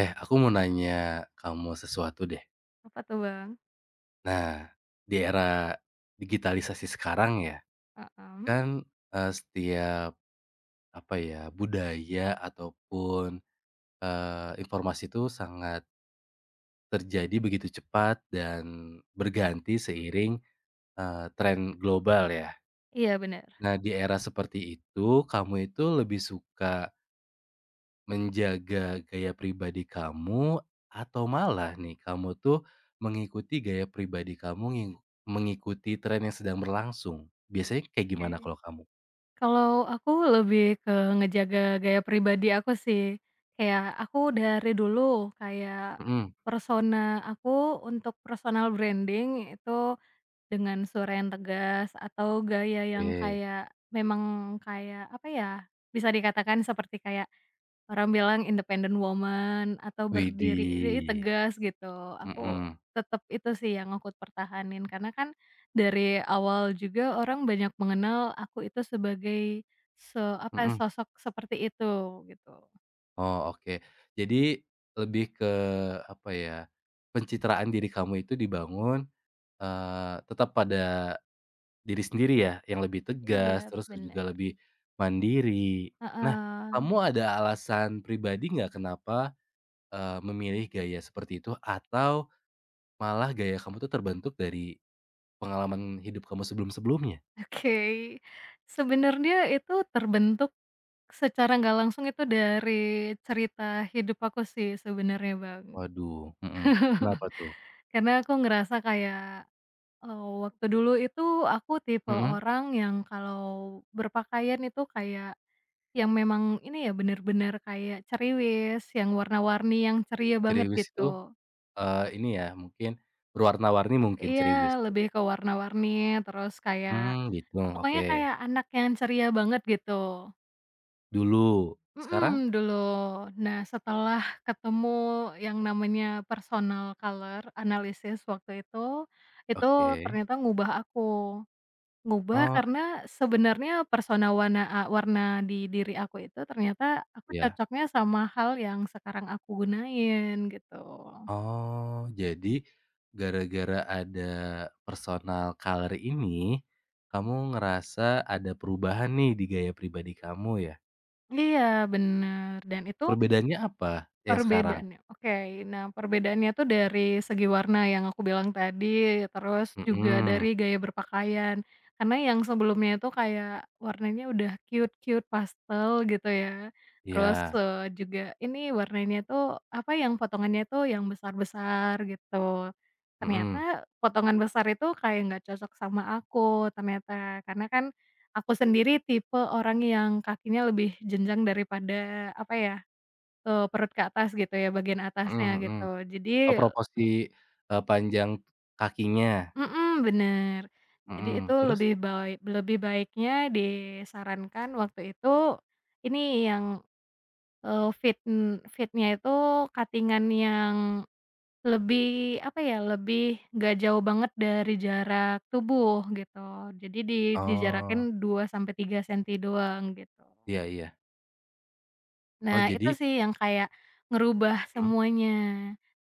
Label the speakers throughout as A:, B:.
A: Eh, aku mau nanya kamu sesuatu deh.
B: Apa tuh, Bang?
A: Nah, di era digitalisasi sekarang ya,
B: Mhm.
A: kan, setiap apa ya, budaya ataupun, informasi itu sangat terjadi begitu cepat dan berganti seiring, tren global ya.
B: Iya, bener.
A: Nah, di era seperti itu, kamu itu lebih suka menjaga gaya pribadi kamu atau malah nih kamu tuh mengikuti gaya pribadi kamu mengikuti tren yang sedang berlangsung? Biasanya kayak gimana
B: Oke.
A: kalau kamu?
B: Kalau aku lebih ke ngejaga gaya pribadi aku sih. Kayak aku dari dulu kayak
A: Mhm,
B: persona aku untuk personal branding itu dengan suara yang tegas atau gaya yang
A: oke.
B: kayak memang kayak apa ya, bisa dikatakan seperti kayak orang bilang independent woman atau berdiri jadi
A: Widih.
B: tegas gitu. Aku
A: Mhm
B: tetap itu sih yang aku pertahanin karena kan dari awal juga orang banyak mengenal aku itu sebagai se apa,
A: mhm.
B: sosok seperti itu gitu.
A: Oh, oke. Jadi lebih ke apa ya, pencitraan diri kamu itu dibangun, tetap pada diri sendiri ya, yang lebih tegas,
B: Iya
A: terus juga
B: bener,
A: lebih mandiri. Nah,
B: heeh.
A: kamu ada alasan pribadi nggak kenapa, memilih gaya seperti itu atau malah gaya kamu tuh terbentuk dari pengalaman hidup kamu sebelum-sebelumnya?
B: Oke, sebenarnya itu terbentuk secara nggak langsung itu dari cerita hidup aku sih sebenarnya Bang.
A: Waduh, mhm, kenapa tuh?
B: Karena aku ngerasa kayak oh, waktu dulu itu aku tipe
A: Mhm,
B: orang yang kalau berpakaian itu kayak yang memang ini ya, bener-bener kayak ceriwis, yang warna-warni, yang ceria banget
A: ceriwis itu,
B: gitu.
A: ini ya mungkin berwarna-warni mungkin
B: Iya,
A: ceriwis tuh?
B: lebih ke warna-warni, terus kayak
A: Mmm, gitu,
B: pokoknya
A: oke.
B: kayak anak yang ceria banget gitu.
A: Dulu, sekarang?
B: Mhm, dulu. Nah, setelah ketemu yang namanya personal color analysis waktu itu
A: Oke.
B: ternyata ngubah aku. Ngubah
A: Oh,
B: karena sebenarnya persona warna warna di diri aku itu ternyata aku
A: ya.
B: cocoknya sama hal yang sekarang aku gunain gitu.
A: Oh, jadi gara-gara ada personal color ini, kamu ngerasa ada perubahan nih di gaya pribadi kamu ya?
B: Iya bener dan itu
A: Perbedaannya apa yang sekarang?
B: perbedaannya oke. Nah, perbedaannya tuh dari segi warna yang aku bilang tadi, terus juga
A: Mhm,
B: dari gaya berpakaian. Karena yang sebelumnya itu kayak warnanya udah cute-cute pastel gitu ya. Terus,
A: iya,
B: juga ini warnanya tuh apa, yang potongannya tuh yang besar-besar gitu.
A: mhm
B: Ternyata potongan besar itu kayak nggak cocok sama aku ternyata. Karena kan aku sendiri tipe orang yang kakinya lebih jenjang daripada apa ya, perut ke atas gitu ya, bagian atasnya
A: mhm mhm.
B: gitu. Jadi,
A: Oh, proporsi, panjang kakinya?
B: mhm, bener. Jadi itu
A: Mhm, terus?
B: lebih baiknya disarankan waktu itu, ini yang, fitnya itu cutting-an yang lebih, apa ya, lebih nggak jauh banget dari jarak tubuh gitu. Jadi dijarakin
A: Oh,
B: 2 sampai 3 senti doang gitu.
A: iya iya. Oh,
B: Nah, itu
A: jadi
B: sih yang kayak ngerubah
A: mhm,
B: semuanya.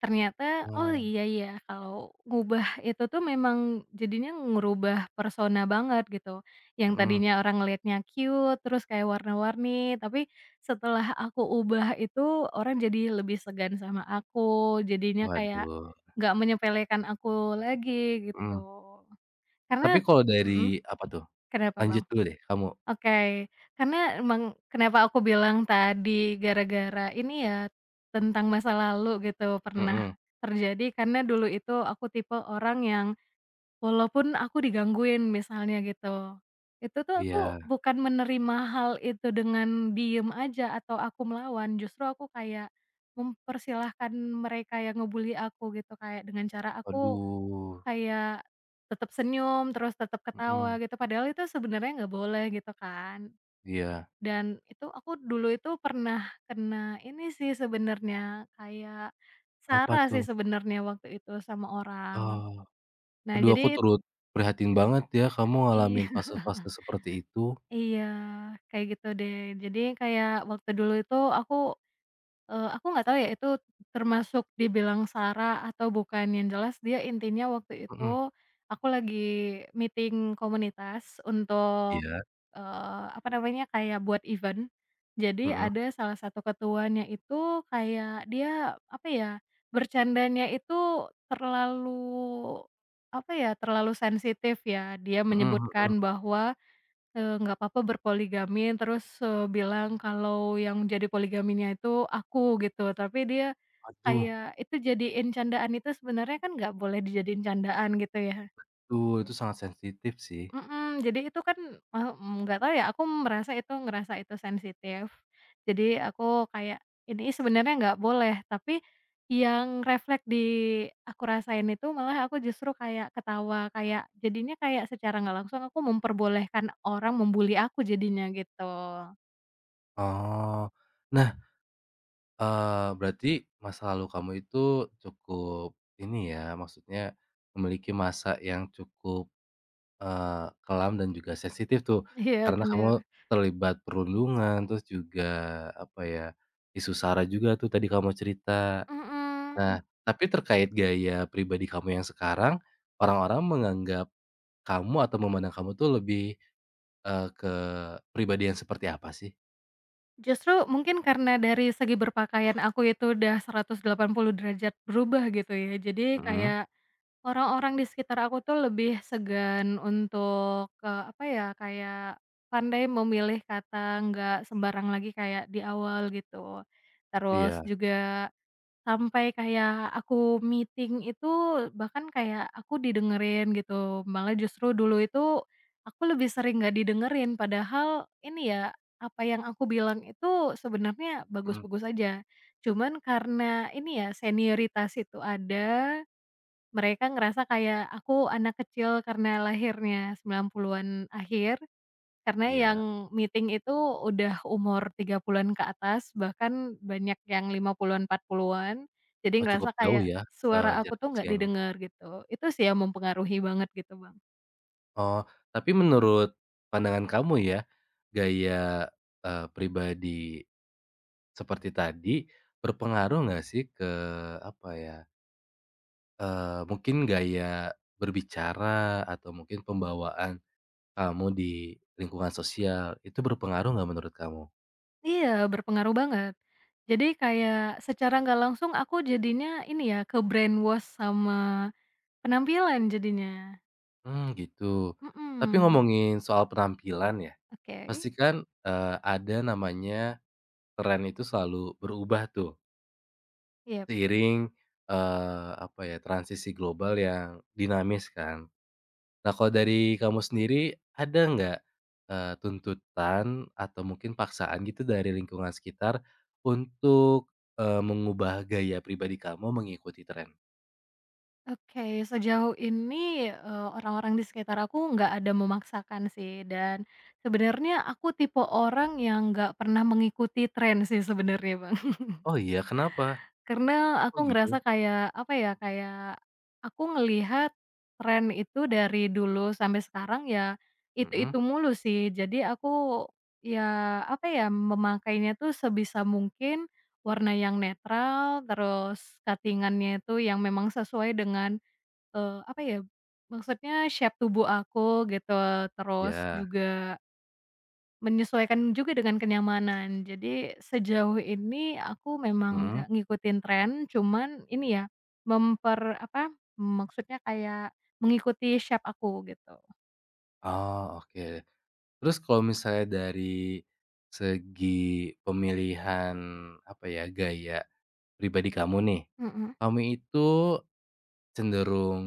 B: Ternyata, oh
A: oh,
B: iya ya kalau ngubah itu tuh memang jadinya ngerubah persona banget gitu. Yang
A: mhm.
B: tadinya orang ngelihatnya cute, terus kayak warna-warni, tapi setelah aku ubah itu orang jadi lebih segan sama aku, jadinya kayak
A: Waduh,
B: nggak menyepelekan aku lagi gitu.
A: mhm. Tapi
B: Karena.
A: kalau dari
B: Mhm,
A: apa tuh?
B: kenapa, Bang?
A: Lanjut dulu deh kamu,
B: Oke, karena emang kenapa aku bilang tadi gara-gara ini ya, tentang masa lalu gitu, pernah
A: mhm,
B: terjadi karena dulu itu aku tipe orang yang walaupun aku digangguin misalnya gitu, itu tuh aku
A: iya.
B: bukan menerima hal itu dengan diem aja atau aku melawan, justru aku kayak mempersilahkan mereka yang ngebully aku gitu, kayak dengan cara aku
A: Waduh,
B: kayak tetap senyum, terus tetap ketawa
A: mhm,
B: gitu, padahal itu sebenarnya nggak boleh gitu kan.
A: iya,
B: Dan itu aku dulu itu pernah kena ini sih sebenarnya, kayak
A: apa
B: SARA sih
A: tuh?
B: sebenarnya waktu itu sama orang.
A: Oh,
B: Nah
A: aduh aku
B: jadi
A: turut prihatin banget ya kamu
B: iya
A: ngalamin fase-fase seperti itu,
B: iya, kayak gitu deh. Jadi kayak waktu dulu itu aku nggak tahu ya itu termasuk dibilang SARA atau bukan, yang jelas dia intinya waktu itu
A: mhm,
B: aku lagi meeting komunitas untuk
A: iya,
B: Apa namanya, kayak buat event. Jadi
A: mhm,
B: ada salah satu ketuanya itu kayak dia, apa ya, bercandanya itu terlalu, apa ya, terlalu sensitif ya. Dia
A: mhm mhm,
B: menyebutkan bahwa, nggak apa-apa berpoligami, terus, bilang kalau yang jadi poligaminya itu aku gitu. Tapi dia
A: aduh,
B: kayak itu jadiin candaan itu sebenarnya kan nggak boleh dijadiin candaan gitu ya.
A: tuh itu sangat sensitif sih.
B: Mhm, jadi itu kan, eee, nggak tahu ya, aku merasa itu ngerasa itu sensitif. Jadi aku kayak, ini sebenarnya nggak boleh, tapi yang refleks di aku rasain itu malah aku justru kayak ketawa, kayak jadinya kayak secara nggak langsung aku memperbolehkan orang membuli aku jadinya gitu.
A: Oh, nah, berarti masa lalu kamu itu cukup ini ya, maksudnya memiliki masa yang cukup kelam dan juga sensitif tuh,
B: Iya
A: karena kamu
B: bener,
A: terlibat perundungan, terus juga, apa ya, isu SARA juga tuh tadi kamu cerita.
B: mhm.
A: Nah, tapi terkait gaya pribadi kamu yang sekarang, orang-orang menganggap kamu atau memandang kamu tuh lebih, ke pribadi yang seperti apa sih?
B: Justru mungkin karena dari segi berpakaian aku itu udah 180 derajat berubah gitu ya, jadi
A: Mhm,
B: kayak orang-orang di sekitar aku tuh lebih segan untuk, apa ya, kayak pandai memilih kata, nggak sembarang lagi kayak di awal gitu. Terus
A: iya,
B: juga sampai kayak aku meeting itu bahkan kayak aku didengerin gitu, malah justru dulu itu aku lebih sering nggak didengerin padahal ini ya, apa yang aku bilang itu sebenarnya
A: mhm,
B: bagus-bagus aja. Cuman karena ini ya, senioritas itu ada mereka ngerasa kayak aku anak kecil karena lahirnya 90-an akhir, karena yang
A: iya.
B: meeting itu udah umur 30-an ke atas, bahkan banyak yang 50-an, 40-an. Jadi
A: Oh cukup
B: ngerasa
A: jauh
B: kayak
A: ya,
B: suara aku
A: jarak
B: tuh nggak
A: usianya.
B: didengar gitu. Itu sih yang mempengaruhi banget gitu, Bang.
A: Oh, tapi menurut pandangan kamu ya, gaya, pribadi seperti tadi, berpengaruh nggak sih ke apa ya, mungkin gaya berbicara atau mungkin pembawaan kamu di lingkungan sosial, itu berpengaruh nggak menurut kamu?
B: Iya, berpengaruh banget. Jadi kayak secara nggak langsung aku jadinya ini ya, ke-brainwash sama penampilan jadinya.
A: Hmm gitu. Tapi
B: Mhm,
A: ngomongin soal penampilan ya,
B: oke,
A: pasti kan, eh, ada namanya tren itu selalu berubah tuh
B: iya.
A: seiring, apa ya, transisi global yang dinamis kan. Nah, kalau dari kamu sendiri ada nggak, tuntutan atau mungkin paksaan gitu dari lingkungan sekitar untuk, mengubah gaya pribadi kamu mengikuti tren?
B: Oke, sejauh ini, orang-orang di sekitar aku nggak ada memaksakan sih, dan sebenarnya aku tipe orang yang nggak pernah mengikuti tren sih sebenarnya, Bang.
A: Oh iya, kenapa?
B: Karena
A: Oh
B: aku
A: gitu?
B: ngerasa kayak, apa ya, kayak aku ngelihat tren itu dari dulu sampai sekarang ya
A: Mm-mm.
B: itu-itu mulu sih. Jadi aku ya, apa ya, memakainya tuh sebisa mungkin warna yang netral, terus cutting an itu yang memang sesuai dengan apa ya, maksudnya shape tubuh aku gitu, terus
A: Ya.
B: juga menyesuaikan juga dengan kenyamanan. Jadi sejauh ini aku
A: Iya,
B: memang
A: mhm.
B: nggak ngikutin tren, cuman ini ya, memper apa, maksudnya kayak mengikuti shape aku gitu.
A: Oh oke. Terus kalau misalnya dari segi pemilihan, apa ya, gaya pribadi kamu nih,
B: Mhm,
A: kamu itu cenderung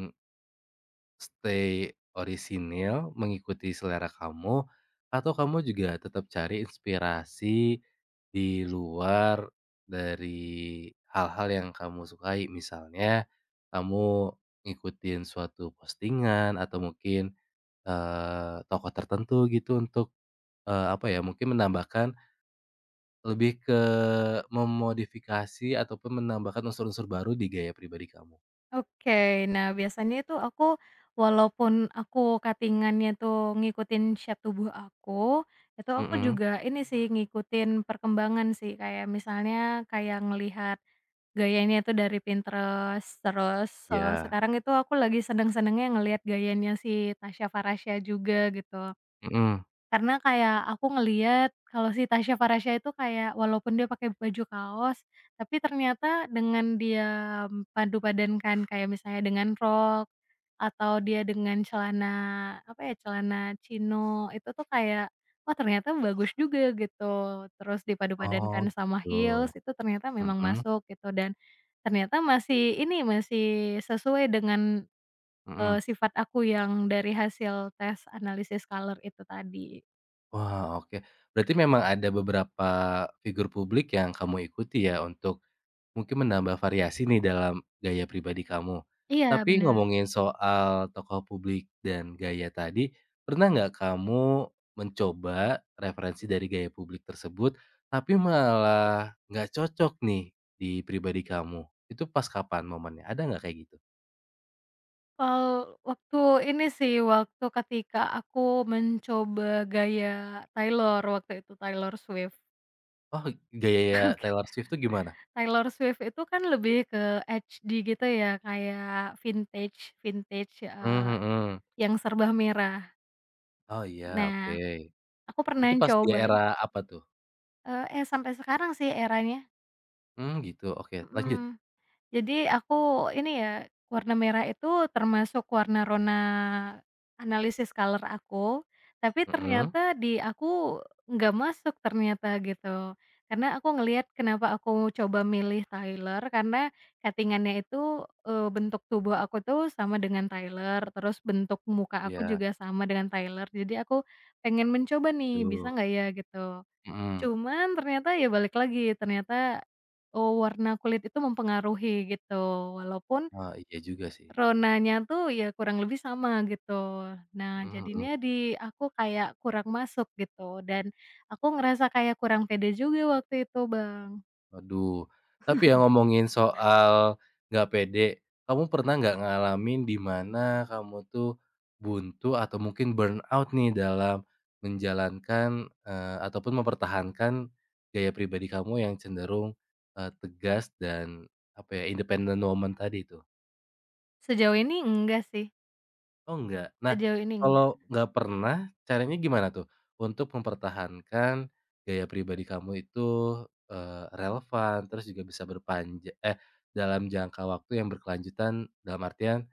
A: stay orisinil, mengikuti selera kamu, atau kamu juga tetap cari inspirasi di luar dari hal-hal yang kamu sukai? Misalnya, kamu ngikutin suatu postingan atau mungkin, tokoh tertentu gitu untuk, apa ya, mungkin menambahkan lebih ke memodifikasi ataupun menambahkan unsur-unsur baru di gaya pribadi kamu?
B: oke. Nah, biasanya itu aku walaupun aku cutting-annya tuh ngikutin shape tubuh aku, itu aku
A: Mm.
B: juga ini sih ngikutin perkembangan sih, kayak misalnya kayak ngelihat gayanya itu dari Pinterest, terus,
A: Ya.
B: sekarang itu aku lagi seneng-senengnya ngelihat gayanya si Tasya Farasya juga gitu.
A: Iya, mhm.
B: Karena kayak aku ngelihat kalau si Tasya Farasya itu kayak walaupun dia pakai baju kaos, tapi ternyata dengan dia padu padankan kayak misalnya dengan rok, atau dia dengan celana, apa ya, celana chino itu tuh kayak, "Oh ternyata bagus juga," gitu. Terus dipadu
A: Oh,
B: padankan sama
A: gitu.
B: heels itu ternyata memang
A: Mhm
B: masuk gitu dan ternyata masih ini, masih sesuai dengan,
A: mhm.
B: sifat aku yang dari hasil tes analisis color itu tadi.
A: Wah, oke. Berarti memang ada beberapa figur publik yang kamu ikuti ya, untuk mungkin menambah variasi nih dalam gaya pribadi kamu.
B: Iya,
A: Tapi
B: bener.
A: ngomongin soal tokoh publik dan gaya tadi, pernah nggak kamu mencoba referensi dari gaya publik tersebut, tapi malah nggak cocok nih di pribadi kamu? Itu pas kapan momennya? Ada nggak kayak gitu?
B: Eee, Waktu ini sih, waktu ketika aku mencoba gaya Taylor, waktu itu Taylor Swift.
A: Oh, gaya Taylor Swift tuh gimana?
B: Taylor Swift itu kan lebih ke HD gitu ya, kayak vintage vintage,
A: Mmm, mhm.
B: yang serba merah.
A: Oh, iya,
B: Nah,
A: oke.
B: aku pernah
A: Itu pas di
B: cobain
A: era apa tuh?
B: sampai sekarang sih eranya.
A: Mmm, gitu, oke lanjut.
B: Mhm. Jadi aku ini ya, warna merah itu termasuk warna rona analisis color aku, tapi
A: Mhm,
B: ternyata di aku nggak masuk ternyata gitu. Karena aku ngelihat kenapa aku coba milih Tyler, karena cutting-annya itu, bentuk tubuh aku tuh sama dengan Tyler, terus bentuk muka aku
A: iya
B: juga sama dengan Tyler. Jadi aku pengen mencoba nih, bisa
A: gitu,
B: nggak ya gitu.
A: mhm.
B: Cuman ternyata ya balik lagi, ternyata, warna kulit itu mempengaruhi gitu, walaupun
A: Oh iya juga sih,
B: ronanya tuh ya kurang lebih sama gitu. Nah
A: mhm mhm.
B: jadinya di aku kayak kurang masuk gitu dan aku ngerasa kayak kurang pede juga waktu itu, Bang.
A: Waduh, tapi ya ngomongin soal nggak pede, kamu pernah nggak ngalamin di mana kamu tuh buntu atau mungkin burnout nih dalam menjalankan, ataupun mempertahankan gaya pribadi kamu yang cenderung, tegas dan apa ya, independent woman tadi itu?
B: Sejauh ini enggak sih,
A: Oh enggak. Nah,
B: sejauh ini enggak,
A: kalau nggak pernah, caranya gimana tuh untuk mempertahankan gaya pribadi kamu itu, relevan, terus juga bisa berpanjang eh, dalam jangka waktu yang berkelanjutan, dalam artian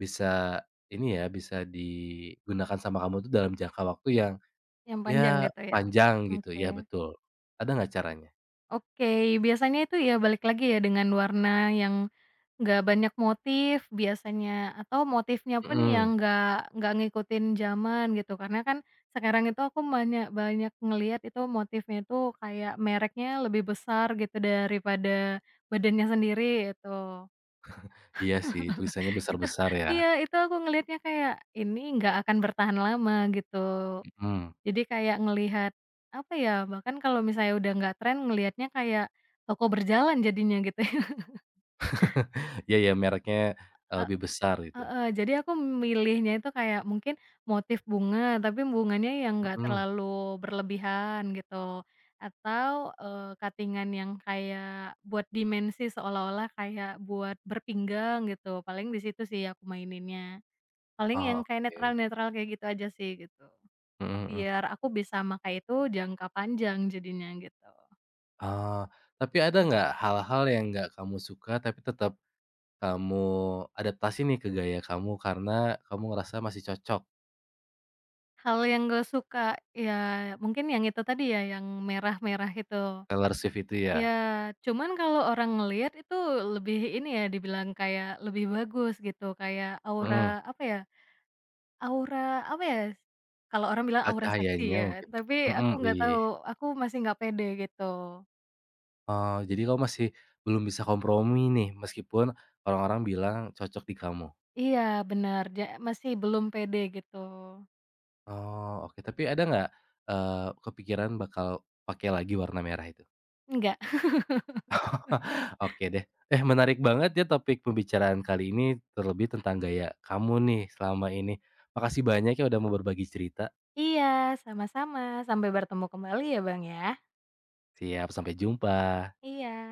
A: bisa ini ya, bisa digunakan sama kamu tuh dalam jangka waktu yang
B: yang panjang
A: ya
B: gitu ya.
A: panjang gitu, ya
B: Oke.
A: betul. Ada nggak caranya?
B: Oke, biasanya itu ya balik lagi ya dengan warna yang nggak banyak motif biasanya, atau motifnya pun
A: Mhm.
B: yang nggak ngikutin zaman gitu. Karena kan sekarang itu aku banyak banyak ngelihat itu motifnya itu kayak mereknya lebih besar gitu daripada badannya sendiri itu.
A: Iya sih, tulisannya
B: Itu
A: besar-besar ya.
B: iya, itu aku ngelihatnya kayak, ini nggak akan bertahan lama gitu.
A: Mhm.
B: Jadi kayak ngelihat, apa ya, bahkan kalau misalnya udah nggak tren ngelihatnya kayak toko berjalan jadinya gitu.
A: Iya ya mereknya, lebih besar gitu.
B: Heeh, jadi aku milihnya itu kayak mungkin motif bunga, tapi bunganya yang nggak
A: Mhm.
B: terlalu berlebihan gitu, atau, cutting yang kayak buat dimensi seolah-olah kayak buat berpinggang gitu, paling di situ sih aku maininnya. Paling yang
A: Oh,
B: kayak
A: oke.
B: netral-netral kayak gitu aja sih gitu,
A: Mhm mhm.
B: biar aku bisa makai itu jangka panjang jadinya gitu.
A: Ah, tapi ada nggak hal-hal yang nggak kamu suka, tapi tetap kamu adaptasi nih ke gaya kamu karena kamu ngerasa masih cocok,
B: Hal yang gak suka, ya mungkin yang itu tadi ya, yang merah-merah itu.
A: Taylor Swift itu ya?
B: Iya, cuman kalau orang ngelihat itu lebih ini ya, dibilang kayak lebih bagus gitu, kayak
A: Mhm,
B: apa ya, aura apa ya, kalau orang bilang aura seksi
A: cahayanya
B: ya,
A: mungkin.
B: tapi aku
A: Mhm,
B: nggak tahu,
A: wih.
B: aku masih nggak pede gitu.
A: Oh, jadi kamu masih belum bisa kompromi nih, meskipun orang-orang bilang cocok di kamu?
B: Iya benar ja masih belum pede gitu.
A: Oh, oke. Tapi ada nggak, kepikiran bakal pakai lagi warna merah itu?
B: Enggak.
A: Oke deh. Eh, menarik banget ya topik pembicaraan kali ini, terlebih tentang gaya kamu nih selama ini. Makasih banyak ya udah mau berbagi cerita.
B: Iya, sama-sama, sampai bertemu kembali ya Bang ya.
A: Siap, sampai jumpa.
B: Iya.